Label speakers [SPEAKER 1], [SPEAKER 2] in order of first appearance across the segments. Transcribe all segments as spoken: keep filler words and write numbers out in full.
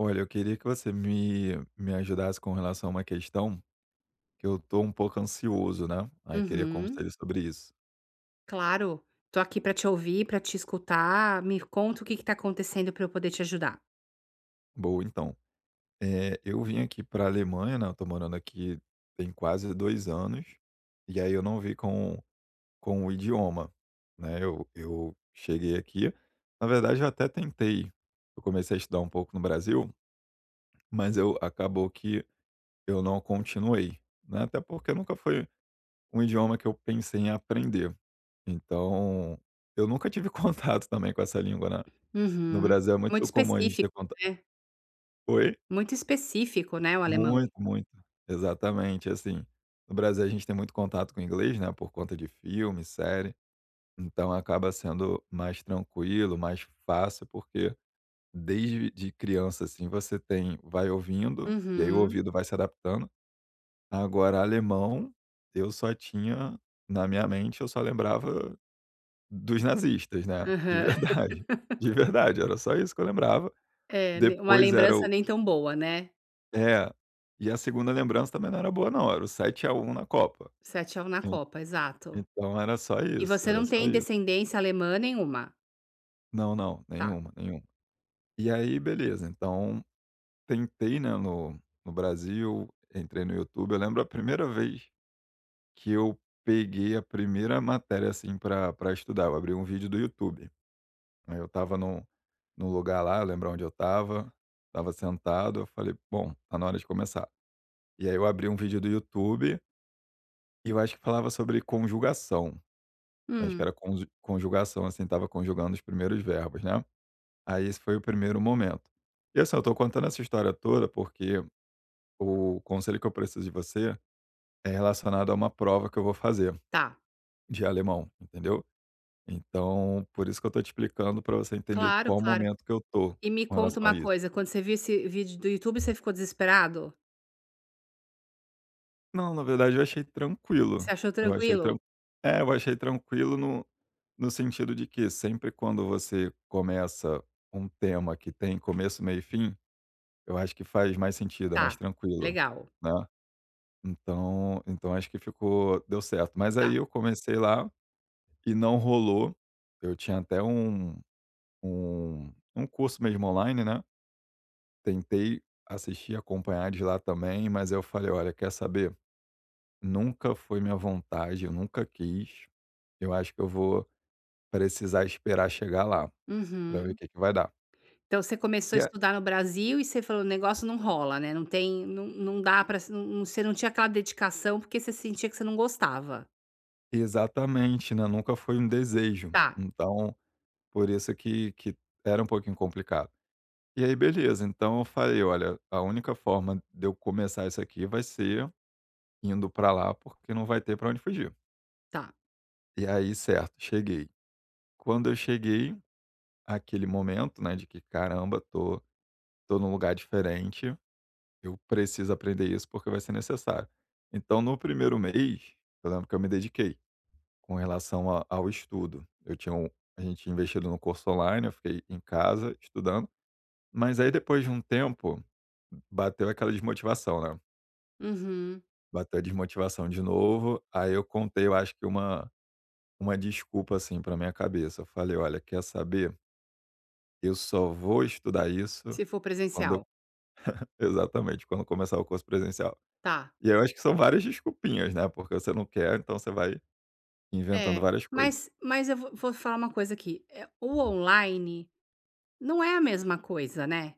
[SPEAKER 1] Olha, eu queria que você me, me ajudasse com relação a uma questão que eu tô um pouco ansioso, né? Aí queria
[SPEAKER 2] Uhum,
[SPEAKER 1] conselho sobre isso.
[SPEAKER 2] claro. Tô aqui pra te ouvir, pra te escutar. Me conta o que que tá acontecendo pra eu poder te ajudar.
[SPEAKER 1] Boa, então. É, eu vim aqui para a Alemanha, né? Eu tô morando aqui tem quase dois anos, e aí eu não vim com, com o idioma, né? Eu, eu cheguei aqui, na verdade eu até tentei, eu comecei a estudar um pouco no Brasil, mas eu acabou que eu não continuei, né? Até porque nunca foi um idioma que eu pensei em aprender. Então, eu nunca tive contato também com essa língua, né. No
[SPEAKER 2] Uhum.
[SPEAKER 1] Brasil é
[SPEAKER 2] Muito
[SPEAKER 1] muito comum a gente
[SPEAKER 2] específico,
[SPEAKER 1] ter contato.
[SPEAKER 2] né.
[SPEAKER 1] Oi?
[SPEAKER 2] Muito específico, né, o alemão.
[SPEAKER 1] Muito, muito. Exatamente, assim, no Brasil a gente tem muito contato com o inglês, né, por conta de filme, série, então acaba sendo mais tranquilo, mais fácil, porque desde de criança, assim, você tem vai ouvindo, e aí o
[SPEAKER 2] Uhum.
[SPEAKER 1] ouvido vai se adaptando. Agora alemão, eu só tinha na minha mente eu só lembrava dos nazistas, né, de
[SPEAKER 2] Aham.
[SPEAKER 1] verdade, de verdade, era só isso que eu lembrava.
[SPEAKER 2] É, ne uma
[SPEAKER 1] Depois era
[SPEAKER 2] lembrança
[SPEAKER 1] o
[SPEAKER 2] nem tão boa, né.
[SPEAKER 1] é, e a segunda lembrança também não era boa não, era o sete a um na Copa.
[SPEAKER 2] sete a um na
[SPEAKER 1] En
[SPEAKER 2] Copa, exato.
[SPEAKER 1] então era só
[SPEAKER 2] E
[SPEAKER 1] isso,
[SPEAKER 2] você
[SPEAKER 1] era
[SPEAKER 2] não
[SPEAKER 1] só
[SPEAKER 2] tem
[SPEAKER 1] isso.
[SPEAKER 2] descendência alemã nenhuma?
[SPEAKER 1] Não, não,
[SPEAKER 2] Tá.
[SPEAKER 1] nenhuma, nenhuma. E aí beleza, então tentei, né, no no Brasil, entrei no YouTube, eu lembro a primeira vez que eu peguei a primeira matéria, assim, para pra estudar, eu abri um vídeo do YouTube. Aí eu estava num num lugar lá, eu lembro aonde eu estava, estava sentado, eu falei: "Bom, tá na hora de começar". E aí eu abri um vídeo do YouTube, e eu acho que falava sobre conjugação. Eu acho que
[SPEAKER 2] Hum,
[SPEAKER 1] era conju conjugação, assim, tava conjugando os primeiros verbos, né. Aí esse foi o primeiro momento. E assim, eu estou contando essa história toda, porque o conselho que eu preciso de você é relacionado a uma prova que eu vou fazer
[SPEAKER 2] tá.
[SPEAKER 1] de alemão, entendeu. Então, por isso que eu estou te explicando, para você entender
[SPEAKER 2] Claro,
[SPEAKER 1] qual
[SPEAKER 2] claro.
[SPEAKER 1] momento que eu tô
[SPEAKER 2] E me
[SPEAKER 1] com
[SPEAKER 2] conta
[SPEAKER 1] relação a
[SPEAKER 2] uma
[SPEAKER 1] isso.
[SPEAKER 2] coisa, quando você viu esse vídeo do YouTube, você ficou desesperado?
[SPEAKER 1] Não, na verdade eu achei
[SPEAKER 2] Você
[SPEAKER 1] tranquilo.
[SPEAKER 2] achou
[SPEAKER 1] Eu achei
[SPEAKER 2] tranquilo?
[SPEAKER 1] tran é, eu achei tranquilo no no sentido de que sempre quando você começa um tema que tem começo, meio e fim, eu acho que faz mais sentido, é
[SPEAKER 2] Tá,
[SPEAKER 1] mais tranquilo,
[SPEAKER 2] legal.
[SPEAKER 1] né. Então então acho que ficou deu certo. Mas aí
[SPEAKER 2] Tá.
[SPEAKER 1] eu comecei lá e não rolou. Eu tinha até um um um curso mesmo online, né, tentei assistir, acompanhar de lá também, mas eu falei: "Olha, quer saber? Nunca foi minha vontade, eu nunca quis". Eu acho que eu vou precisar esperar chegar lá, para ver o
[SPEAKER 2] Uhum.
[SPEAKER 1] que que vai dar.
[SPEAKER 2] Então você começou a
[SPEAKER 1] E é
[SPEAKER 2] estudar no Brasil e você falou: "O negócio não rola, né, não tem não não dá para não você não tinha aquela dedicação, porque você sentia que você não gostava".
[SPEAKER 1] exatamente, né, nunca foi um desejo,
[SPEAKER 2] Tá,
[SPEAKER 1] então por isso que que era um pouquinho complicado. E aí beleza, então eu falei: "Olha, a única forma de eu começar isso aqui vai ser indo para lá, porque não vai ter para onde fugir".
[SPEAKER 2] tá.
[SPEAKER 1] E aí certo, cheguei. Quando eu cheguei, aquele momento, né, de que: "Caramba, tô tô num lugar diferente". Eu preciso aprender isso porque vai ser necessário. Então, no primeiro mês, eu lembro que eu me dediquei com relação a- ao estudo. Eu tinha um, a gente tinha investido no curso online, eu fiquei em casa estudando. Mas aí, depois de um tempo, bateu aquela desmotivação, né?
[SPEAKER 2] Uhum.
[SPEAKER 1] Bateu a desmotivação de novo. Aí eu contei, eu acho que uma, uma desculpa assim para minha cabeça. Eu falei, olha, quer saber? Eu só vou estudar isso
[SPEAKER 2] Se for
[SPEAKER 1] quando eu,
[SPEAKER 2] presencial.
[SPEAKER 1] exatamente, quando começar o curso presencial.
[SPEAKER 2] Tá.
[SPEAKER 1] E eu acho que são várias desculpinhas, né, porque você não quer, então você vai inventando
[SPEAKER 2] É.
[SPEAKER 1] várias coisas.
[SPEAKER 2] Mas mas eu vou vou falar uma coisa aqui, eh, o online não é a mesma coisa, né?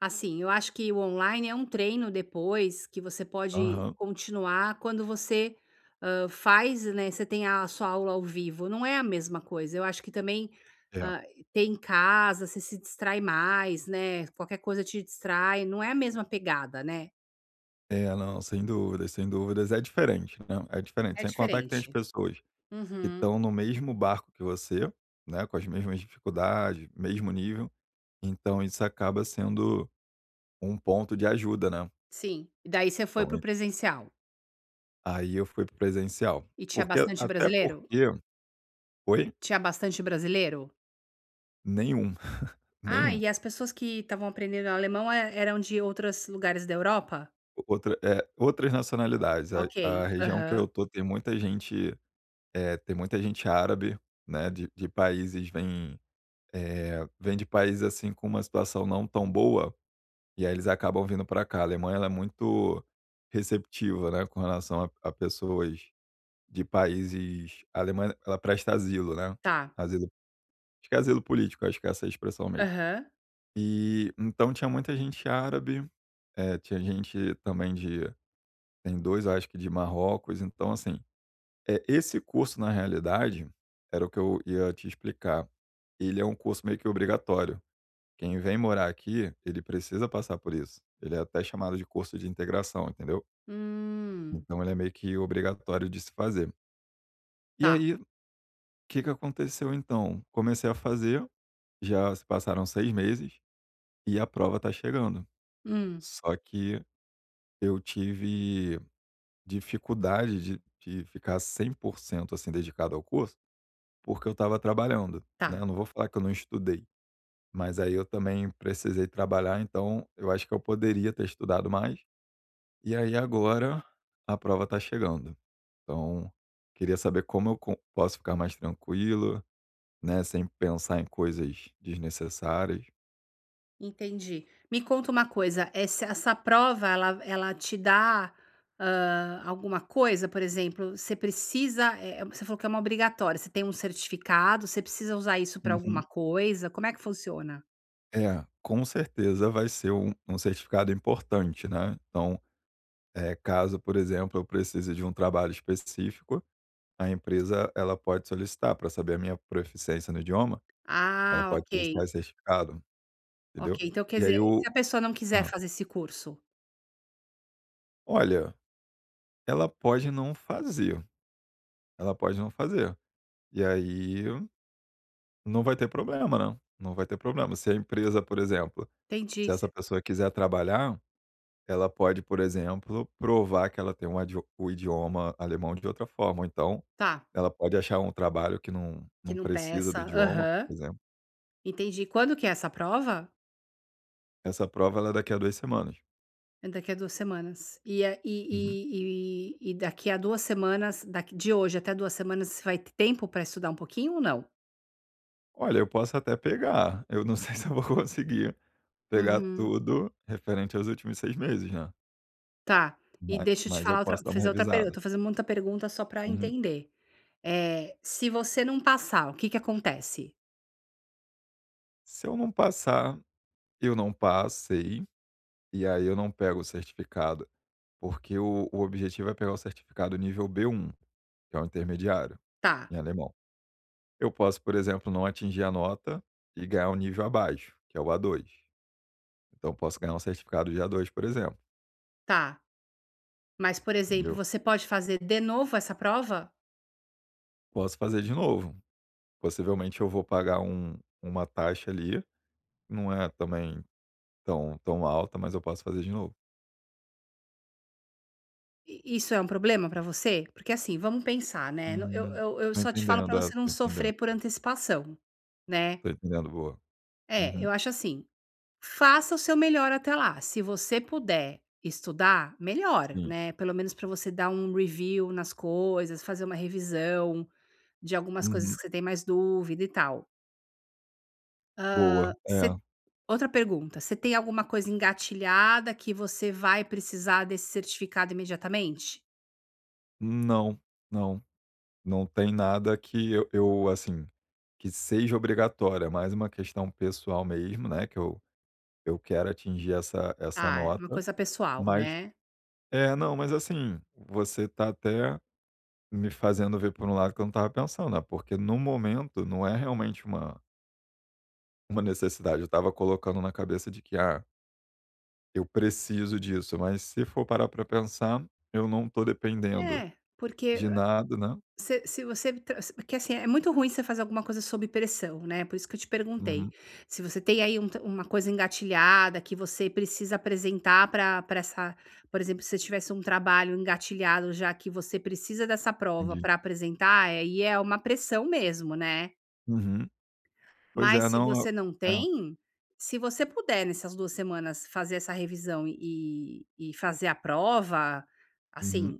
[SPEAKER 2] Assim, eu acho que o online é um treino depois que você pode
[SPEAKER 1] Aham.
[SPEAKER 2] continuar quando você, hã, faz, né, você tem a sua aula ao vivo, não é a mesma coisa. Eu acho que também,
[SPEAKER 1] É.
[SPEAKER 2] hã, ter em casa, você se distrai mais, né, qualquer coisa te distrai, não é a mesma pegada, né.
[SPEAKER 1] É, não, sem dúvidas, sem dúvidas. É diferente, né, é diferente.
[SPEAKER 2] É
[SPEAKER 1] Sem contar que tem as
[SPEAKER 2] diferente.
[SPEAKER 1] pessoas que
[SPEAKER 2] Uhum,
[SPEAKER 1] estão no mesmo barco que você, né, com as mesmas dificuldades, mesmo nível, então isso acaba sendo um ponto de ajuda, né.
[SPEAKER 2] sim. E daí você foi
[SPEAKER 1] Então
[SPEAKER 2] para o
[SPEAKER 1] e
[SPEAKER 2] presencial.
[SPEAKER 1] aí eu fui para presencial.
[SPEAKER 2] E tinha
[SPEAKER 1] Porque
[SPEAKER 2] bastante
[SPEAKER 1] até
[SPEAKER 2] brasileiro?
[SPEAKER 1] porque Oi?
[SPEAKER 2] Tinha bastante brasileiro?
[SPEAKER 1] Nenhum,
[SPEAKER 2] Ah,
[SPEAKER 1] nenhum.
[SPEAKER 2] e as pessoas que estavam aprendendo alemão e eram de outros lugares da Europa?
[SPEAKER 1] Outra é outras nacionalidades. A
[SPEAKER 2] Ok.
[SPEAKER 1] a região que
[SPEAKER 2] Aham.
[SPEAKER 1] eu tô tem muita gente. Eh, tem muita gente árabe, né, de de países vem, eh, vem de países, assim, com uma situação não tão boa, e aí eles acabam vindo para cá. A Alemanha ela é muito receptiva, né, com relação a a pessoas de países a Alemanha ela presta asilo, né,
[SPEAKER 2] Tá.
[SPEAKER 1] asilo acho que é asilo político, acho que é essa a expressão mesmo.
[SPEAKER 2] Aham.
[SPEAKER 1] E, então tinha muita gente árabe, eh, tinha gente também de tem dois eu acho que de Marrocos, então assim é, esse curso, na realidade, era o que eu ia te explicar. Ele é um curso meio que obrigatório. Quem vem morar aqui, ele precisa passar por isso. Ele é até chamado de curso de integração, entendeu?
[SPEAKER 2] Hum.
[SPEAKER 1] Então ele é meio que obrigatório de se fazer. E
[SPEAKER 2] Tá.
[SPEAKER 1] aí, o que, que aconteceu então? Comecei a fazer, já se passaram seis meses e a prova está chegando.
[SPEAKER 2] Hum.
[SPEAKER 1] Só que eu tive dificuldade de, de ficar cem por cento assim, dedicado ao curso, porque eu estava trabalhando, né,
[SPEAKER 2] Tá.
[SPEAKER 1] eu não vou falar que eu não estudei, mas aí eu também precisei trabalhar, então eu acho que eu poderia ter estudado mais. E aí agora a prova está chegando, então queria saber como eu co posso ficar mais tranquilo, né, sem pensar em coisas desnecessárias.
[SPEAKER 2] Entendi. Me conta uma coisa, essa essa prova ela ela te dá, hã, alguma coisa? Por exemplo, você precisa eh, você falou que é uma obrigatória, você tem um certificado, você precisa usar isso para alguma
[SPEAKER 1] Uhum.
[SPEAKER 2] coisa? Como é que funciona?
[SPEAKER 1] É, com certeza vai ser um um certificado importante, né, então, eh, caso, por exemplo, eu precise de um trabalho específico, a empresa ela pode solicitar para saber a minha proficiência no idioma. Ela
[SPEAKER 2] Ah,
[SPEAKER 1] pode
[SPEAKER 2] ok.
[SPEAKER 1] solicitar esse certificado, entendeu.
[SPEAKER 2] Ok, então quer
[SPEAKER 1] E
[SPEAKER 2] dizer,
[SPEAKER 1] aí
[SPEAKER 2] se
[SPEAKER 1] o
[SPEAKER 2] a pessoa não quiser
[SPEAKER 1] hã.
[SPEAKER 2] fazer esse curso?
[SPEAKER 1] Olha, ela pode não fazer, ela pode não fazer. E aí não vai ter problema, né, não vai ter problema. Se a empresa, por exemplo,
[SPEAKER 2] Entendi,
[SPEAKER 1] se essa
[SPEAKER 2] você
[SPEAKER 1] pessoa quiser trabalhar, ela pode, por exemplo, provar que ela tem um adio o idioma alemão de outra forma, ou então
[SPEAKER 2] tá,
[SPEAKER 1] ela pode achar um trabalho que não
[SPEAKER 2] que
[SPEAKER 1] não
[SPEAKER 2] não
[SPEAKER 1] precisa
[SPEAKER 2] peça.
[SPEAKER 1] do idioma,
[SPEAKER 2] Aham.
[SPEAKER 1] por exemplo.
[SPEAKER 2] Entendi. Quando que é essa prova?
[SPEAKER 1] Essa prova ela é daqui a duas semanas.
[SPEAKER 2] É daqui a duas semanas. E a e
[SPEAKER 1] Uhum.
[SPEAKER 2] e e e daqui a duas semanas, daqui de hoje até duas semanas, você vai ter tempo para estudar um pouquinho ou não?
[SPEAKER 1] Olha, eu posso até pegar, eu não sei se eu vou conseguir pegar
[SPEAKER 2] Uhum.
[SPEAKER 1] tudo referente aos últimos seis meses, né.
[SPEAKER 2] Tá. E
[SPEAKER 1] Ma
[SPEAKER 2] deixa eu te
[SPEAKER 1] mas eu
[SPEAKER 2] falar outra
[SPEAKER 1] posso dar uma
[SPEAKER 2] fazer outra pergunta, eu
[SPEAKER 1] revisada.
[SPEAKER 2] tô fazendo muita pergunta só para
[SPEAKER 1] Uhum.
[SPEAKER 2] entender. Eh, se você não passar, o que que acontece?
[SPEAKER 1] Se eu não passar, eu não passei, e aí eu não pego o certificado, porque o o objetivo é pegar o certificado nível B um, que é o intermediário,
[SPEAKER 2] Tá,
[SPEAKER 1] em alemão. Eu posso, por exemplo, não atingir a nota e ganhar um nível abaixo, que é o A dois. Então eu posso ganhar um certificado de A dois, por exemplo,
[SPEAKER 2] tá. Mas, por exemplo,
[SPEAKER 1] entendeu.
[SPEAKER 2] você pode fazer de novo essa prova?
[SPEAKER 1] Posso fazer de novo, possivelmente eu vou pagar um uma taxa ali, não é também tão tão alta, mas eu posso fazer de novo.
[SPEAKER 2] I isso é um problema para você? Porque, assim, vamos pensar, né, no eu
[SPEAKER 1] Hum,
[SPEAKER 2] eu eu
[SPEAKER 1] tô
[SPEAKER 2] só te falo para
[SPEAKER 1] entendendo, é,
[SPEAKER 2] você não
[SPEAKER 1] tô
[SPEAKER 2] sofrer
[SPEAKER 1] entendendo.
[SPEAKER 2] por antecipação, né.
[SPEAKER 1] Tô entendendo, boa.
[SPEAKER 2] É,
[SPEAKER 1] Uhum,
[SPEAKER 2] eu acho assim. Faça o seu melhor até lá. Se você puder estudar, melhor,
[SPEAKER 1] sim.
[SPEAKER 2] né, pelo menos para você dar um review nas coisas, fazer uma revisão de algumas coisas
[SPEAKER 1] Uhum,
[SPEAKER 2] que você tem mais dúvida e tal.
[SPEAKER 1] boa.
[SPEAKER 2] Você
[SPEAKER 1] É.
[SPEAKER 2] outra pergunta, você tem alguma coisa engatilhada que você vai precisar desse certificado imediatamente?
[SPEAKER 1] Não, não, não tem nada que eu eu, assim, que seja obrigatório, é mais uma questão pessoal mesmo, né, que eu eu quero atingir essa essa
[SPEAKER 2] Ah, é uma
[SPEAKER 1] nota,
[SPEAKER 2] coisa pessoal,
[SPEAKER 1] mas
[SPEAKER 2] né.
[SPEAKER 1] é, não, mas assim, você tá até me fazendo ver por um lado que eu não estava pensando, né, porque no momento não é realmente uma uma necessidade, eu estava colocando na cabeça de que: "Ah, eu preciso disso, mas se for parar para pensar, eu não tô dependendo
[SPEAKER 2] É, porque
[SPEAKER 1] de nada, né".
[SPEAKER 2] Se se você tra se- porque assim, é muito ruim você fazer alguma coisa sob pressão, né, por isso que eu te perguntei,
[SPEAKER 1] Uhum,
[SPEAKER 2] se você tem aí um t uma coisa engatilhada que você precisa apresentar para pra essa. Por exemplo, se você tivesse um trabalho engatilhado já que você precisa dessa prova
[SPEAKER 1] entendi.
[SPEAKER 2] para apresentar, aí é uma pressão mesmo, né.
[SPEAKER 1] Uhum. Pois é,
[SPEAKER 2] Mas se
[SPEAKER 1] não,
[SPEAKER 2] você não
[SPEAKER 1] é
[SPEAKER 2] tem, se você puder nessas duas semanas fazer essa revisão e e fazer a prova,
[SPEAKER 1] uhum,
[SPEAKER 2] assim,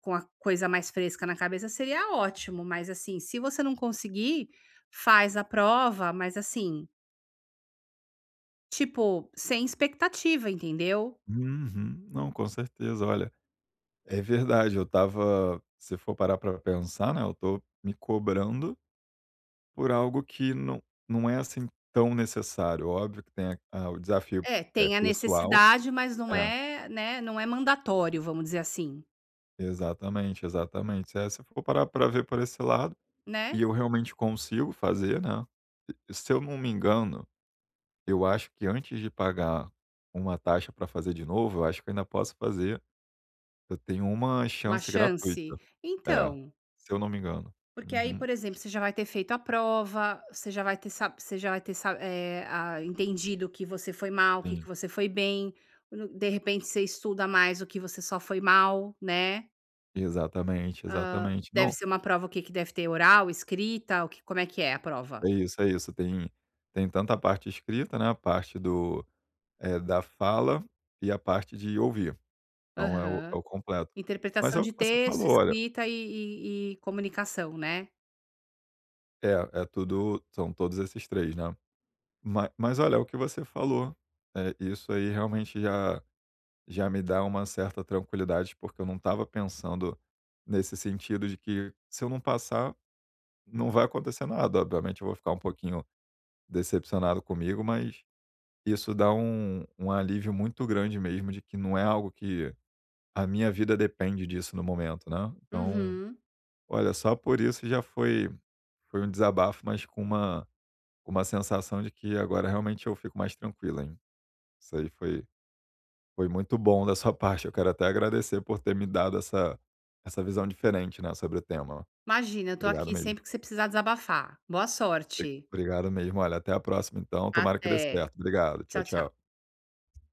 [SPEAKER 2] com a coisa mais fresca na cabeça, seria ótimo, mas, assim, se você não conseguir, faz a prova, mas, assim, tipo, sem expectativa, entendeu?
[SPEAKER 1] uhum. Não, com certeza. Olha, é verdade, eu estava se for parar para pensar, né, eu tô me cobrando por algo que não não é, assim, tão necessário. Óbvio que tem a a- o desafio,
[SPEAKER 2] É,
[SPEAKER 1] é
[SPEAKER 2] tem a
[SPEAKER 1] pessoal
[SPEAKER 2] necessidade, mas não
[SPEAKER 1] é,
[SPEAKER 2] é, né, não é mandatório, vamos dizer assim,
[SPEAKER 1] exatamente, exatamente. É, se for parar para ver por esse lado
[SPEAKER 2] né,
[SPEAKER 1] e eu realmente consigo fazer, né. E se eu não me engano, eu acho que antes de pagar uma taxa para fazer de novo, eu acho que eu ainda posso fazer. Eu tenho uma
[SPEAKER 2] uma
[SPEAKER 1] chance gratuita.
[SPEAKER 2] chance.
[SPEAKER 1] É,
[SPEAKER 2] Então
[SPEAKER 1] se eu não me engano.
[SPEAKER 2] porque aí,
[SPEAKER 1] Uhum,
[SPEAKER 2] por exemplo, você já vai ter feito a prova, você já vai ter, sa- você já vai ter sa- eh, ah, entendido o que você foi mal, o que, que
[SPEAKER 1] sim.
[SPEAKER 2] você foi bem. No- De repente, você estuda mais o que você só foi mal, né?
[SPEAKER 1] Exatamente, exatamente.
[SPEAKER 2] Deve
[SPEAKER 1] Não,
[SPEAKER 2] ser uma prova o que, que deve ter oral, escrita, o que, como é que é a prova?
[SPEAKER 1] é isso, é isso. Tem tem tanto a parte escrita, né, a parte do, eh, da fala e a parte de ouvir. Então é o é
[SPEAKER 2] Aham.
[SPEAKER 1] o completo. Mas
[SPEAKER 2] Interpretação
[SPEAKER 1] é o
[SPEAKER 2] de
[SPEAKER 1] que você
[SPEAKER 2] texto,
[SPEAKER 1] falou, olha
[SPEAKER 2] escrita e, e- e comunicação, né?
[SPEAKER 1] é, é tudo, são todos esses três, né. Ma mas olha, é o que você falou, eh, isso aí realmente já já me dá uma certa tranquilidade, porque eu não estava pensando nesse sentido de que se eu não passar, não vai acontecer nada. Obviamente eu vou ficar um pouquinho decepcionado comigo, mas isso dá um um alívio muito grande mesmo de que não é algo que a minha vida depende disso no momento, né. Então,
[SPEAKER 2] Uhum.
[SPEAKER 1] olha, só por isso já foi foi um desabafo, mas com uma com uma sensação de que agora realmente eu fico mais tranquilo, hein. Isso aí foi Foi muito bom da sua parte. Eu quero até agradecer por ter me dado essa essa visão diferente, né, sobre o tema.
[SPEAKER 2] Imagina, eu tô
[SPEAKER 1] Obrigado
[SPEAKER 2] aqui
[SPEAKER 1] mesmo.
[SPEAKER 2] sempre que você precisar desabafar. Boa
[SPEAKER 1] Obri
[SPEAKER 2] sorte.
[SPEAKER 1] obrigado mesmo. Olha, até a próxima então, tomara que dê
[SPEAKER 2] Até.
[SPEAKER 1] certo. Obrigado. Tchau,
[SPEAKER 2] Tchau, tchau.
[SPEAKER 1] tchau.